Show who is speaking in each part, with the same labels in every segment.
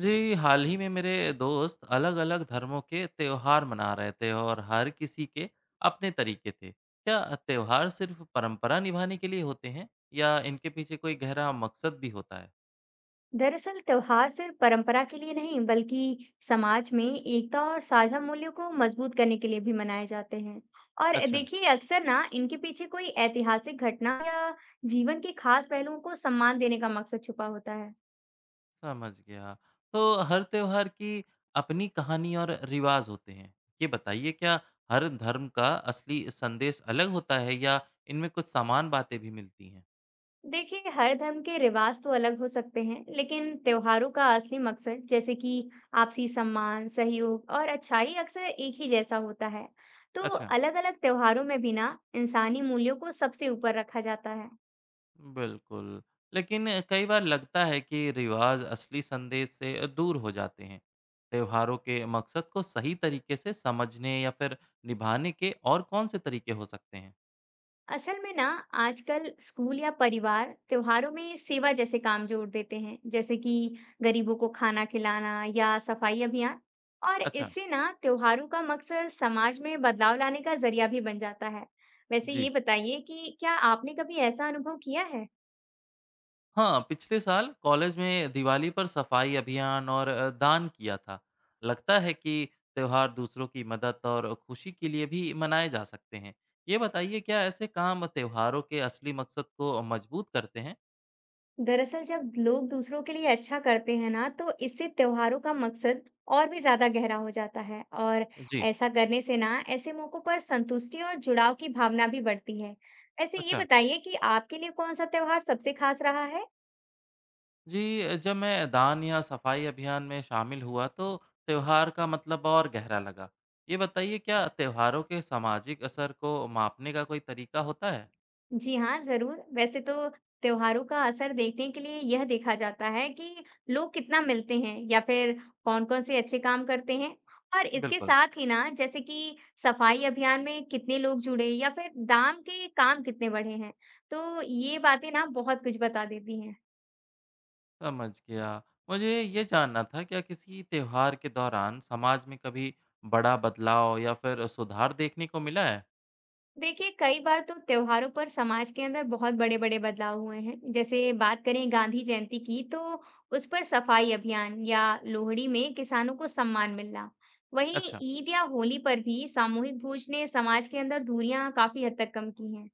Speaker 1: जी, हाल ही में मेरे दोस्त अलग-अलग धर्मों के त्योहार मना रहे थे और हर किसी के अपने तरीके थे। क्या त्योहार सिर्फ परंपरा निभाने के लिए होते हैं या इनके पीछे कोई गहरा मकसद भी होता है?
Speaker 2: दरअसल त्योहार सिर्फ परंपरा के लिए नहीं बल्कि समाज में एकता और साझा मूल्यों को मजबूत करने के लिए भी मनाए जाते हैं। और
Speaker 1: अच्छा,
Speaker 2: देखिए अक्सर ना इनके पीछे कोई ऐतिहासिक घटना या जीवन के खास पहलुओं को सम्मान देने का मकसद छुपा होता है।
Speaker 1: समझ गया। तो हर त्योहार की अपनी कहानी और रिवाज होते हैं। ये बताइए क्या हर धर्म का असली संदेश अलग होता है या इनमें कुछ समान बातें भी मिलती हैं?
Speaker 2: देखिए हर धर्म के रिवाज तो अलग हो सकते हैं लेकिन त्योहारों का असली मकसद जैसे कि आपसी सम्मान सहयोग और अच्छाई अक्सर एक ही जैसा होता है। तो
Speaker 1: अच्छा।
Speaker 2: अलग-अलग त्योहारों में भी ना इंसानी मूल्यों को सबसे ऊपर रखा जाता है।
Speaker 1: बिल्कुल। लेकिन कई बार लगता है कि रिवाज असली संदेश से दूर हो जाते हैं। त्योहारों के मकसद को सही तरीके से समझने या फिर निभाने के और कौन-से तरीके हो सकते हैं?
Speaker 2: असल में ना आजकल स्कूल या परिवार त्योहारों में सेवा जैसे काम जोड़ देते हैं, जैसे कि गरीबों को खाना खिलाना या सफाई अभियान। और
Speaker 1: अच्छा।
Speaker 2: इससे ना त्योहारों का मकसद समाज में बदलाव लाने का जरिया भी बन जाता है। वैसे
Speaker 1: जी
Speaker 2: ये बताइए कि क्या आपने कभी ऐसा अनुभव किया है।
Speaker 1: हाँ, पिछले साल कॉलेज में दिवाली पर सफाई अभियान और दान किया था। लगता है कि त्योहार दूसरों की मदद और खुशी के लिए भी मनाए जा सकते हैं। ये बताइए क्या ऐसे काम त्योहारों के असली मकसद को मजबूत करते हैं?
Speaker 2: दरअसल जब लोग दूसरों के लिए अच्छा करते हैं ना तो इससे त्योहारों का मकसद और भी ज्यादा गहरा हो जाता है। और
Speaker 1: जी।
Speaker 2: ऐसा करने से ना ऐसे मौकों पर संतुष्टि और जुड़ाव की भावना भी बढ़ती है। वैसे ये
Speaker 1: अच्छा।
Speaker 2: बताइए कि आपके लिए कौन सा त्योहार सबसे खास रहा है।
Speaker 1: जी, जब मैं दान या सफाई अभियान में शामिल हुआ तो त्योहार का मतलब और गहरा लगा। ये बताइए क्या त्योहारों के सामाजिक असर को मापने का कोई तरीका होता है?
Speaker 2: जी हाँ, ज़रूर। वैसे तो त्योहारों का असर देखने के लिए यह देखा जाता है कि लोग कितना मिलते हैं या फिर कौन-कौन से अच्छे काम करते हैं। और इसके
Speaker 1: बिल्कुल।
Speaker 2: साथ ही ना जैसे कि सफाई अभियान में कितने लोग जुड़े या फिर दान के काम कितने बढ़े हैं। तो ये बातें ना बहुत कुछ बता देती हैं।
Speaker 1: समझ गया। मुझे ये जानना था क्या किसी त्योहार के दौरान समाज में कभी बड़ा बदलाव या फिर सुधार देखने को मिला है?
Speaker 2: देखिए कई बार तो त्योहारों पर समाज के अंदर बहुत बड़े बड़े बदलाव हुए हैं। जैसे बात करें गांधी जयंती की तो उस पर सफाई अभियान या लोहड़ी में किसानों को सम्मान मिलना। वहीं
Speaker 1: अच्छा।
Speaker 2: ईद या होली पर भी सामूहिक भोज ने समाज के अंदर दूरियां काफी हद तक कम की हैं।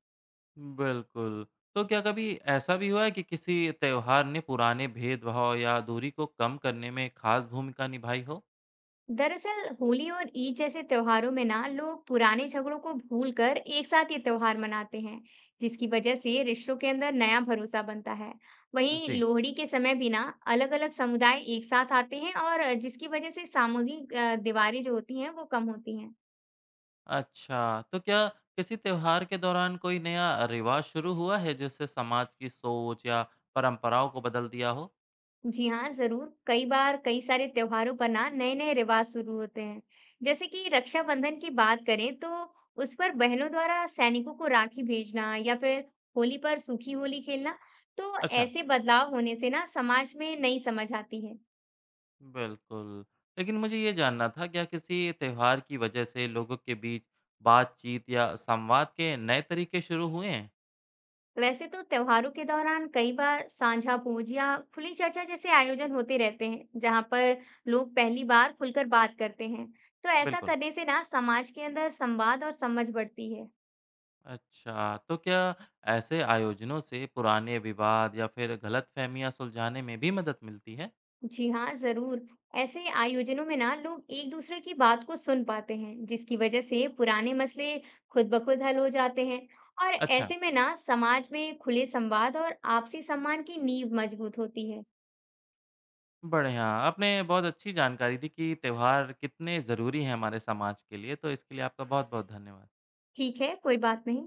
Speaker 1: बिल्कुल। तो क्या कभी ऐसा भी हुआ है कि किसी त्योहार ने पुराने भेदभाव या दूरी को कम करने में खास भूमिका निभाई हो?
Speaker 2: दरअसल होली और ईद जैसे त्योहारों में ना लोग पुराने झगड़ों को भूलकर एक साथ ये त्योहार मनाते हैं, जिसकी वजह से रिश्तों के अंदर नया भरोसा बनता है। वहीं
Speaker 1: जी।
Speaker 2: लोहड़ी के समय भी ना अलग अलग समुदाय एक साथ आते हैं और जिसकी वजह से सामूहिक दीवारें जो होती हैं वो कम होती हैं।
Speaker 1: अच्छा, तो क्या किसी त्योहार के दौरान कोई नया रिवाज शुरू हुआ है जिससे समाज की सोच या परंपराओं को बदल दिया हो?
Speaker 2: जी हाँ, ज़रूर। कई बार कई सारे त्योहारों पर ना नए-नए रिवाज शुरू होते हैं। जैसे कि रक्षाबंधन की बात करें तो उस पर बहनों द्वारा सैनिकों को राखी भेजना या फिर होली पर सूखी होली खेलना। तो
Speaker 1: अच्छा,
Speaker 2: ऐसे बदलाव होने से ना समाज में नई समझ आती है।
Speaker 1: बिल्कुल। लेकिन मुझे ये जानना था क्या किसी त्योहार की वजह से लोगों के बीच बातचीत या संवाद के नए तरीके शुरू हुए हैं?
Speaker 2: वैसे तो त्योहारों के दौरान कई बार साझा भोज या खुली चर्चा जैसे आयोजन होते रहते हैं, जहाँ पर लोग पहली बार खुलकर बात करते हैं। तो ऐसा
Speaker 1: बिल्कुल।
Speaker 2: करने से ना समाज के अंदर संवाद और समझ बढ़ती है।
Speaker 1: अच्छा, तो क्या ऐसे आयोजनों से पुराने विवाद या फिर गलतफहमियां सुलझाने में भी मदद मिलती है?
Speaker 2: जी हाँ, जरूर। ऐसे आयोजनों में ना लोग एक दूसरे की बात को सुन पाते हैं, जिसकी वजह से पुराने मसले खुद ब खुद हल हो जाते हैं। और
Speaker 1: अच्छा।
Speaker 2: ऐसे में ना समाज में खुले संवाद और आपसी सम्मान की नींव मजबूत होती है।
Speaker 1: बढ़िया, आपने बहुत अच्छी जानकारी दी कि त्योहार कितने ज़रूरी हैं हमारे समाज के लिए, तो इसके लिए आपका बहुत-बहुत धन्यवाद।
Speaker 2: ठीक है, कोई बात नहीं।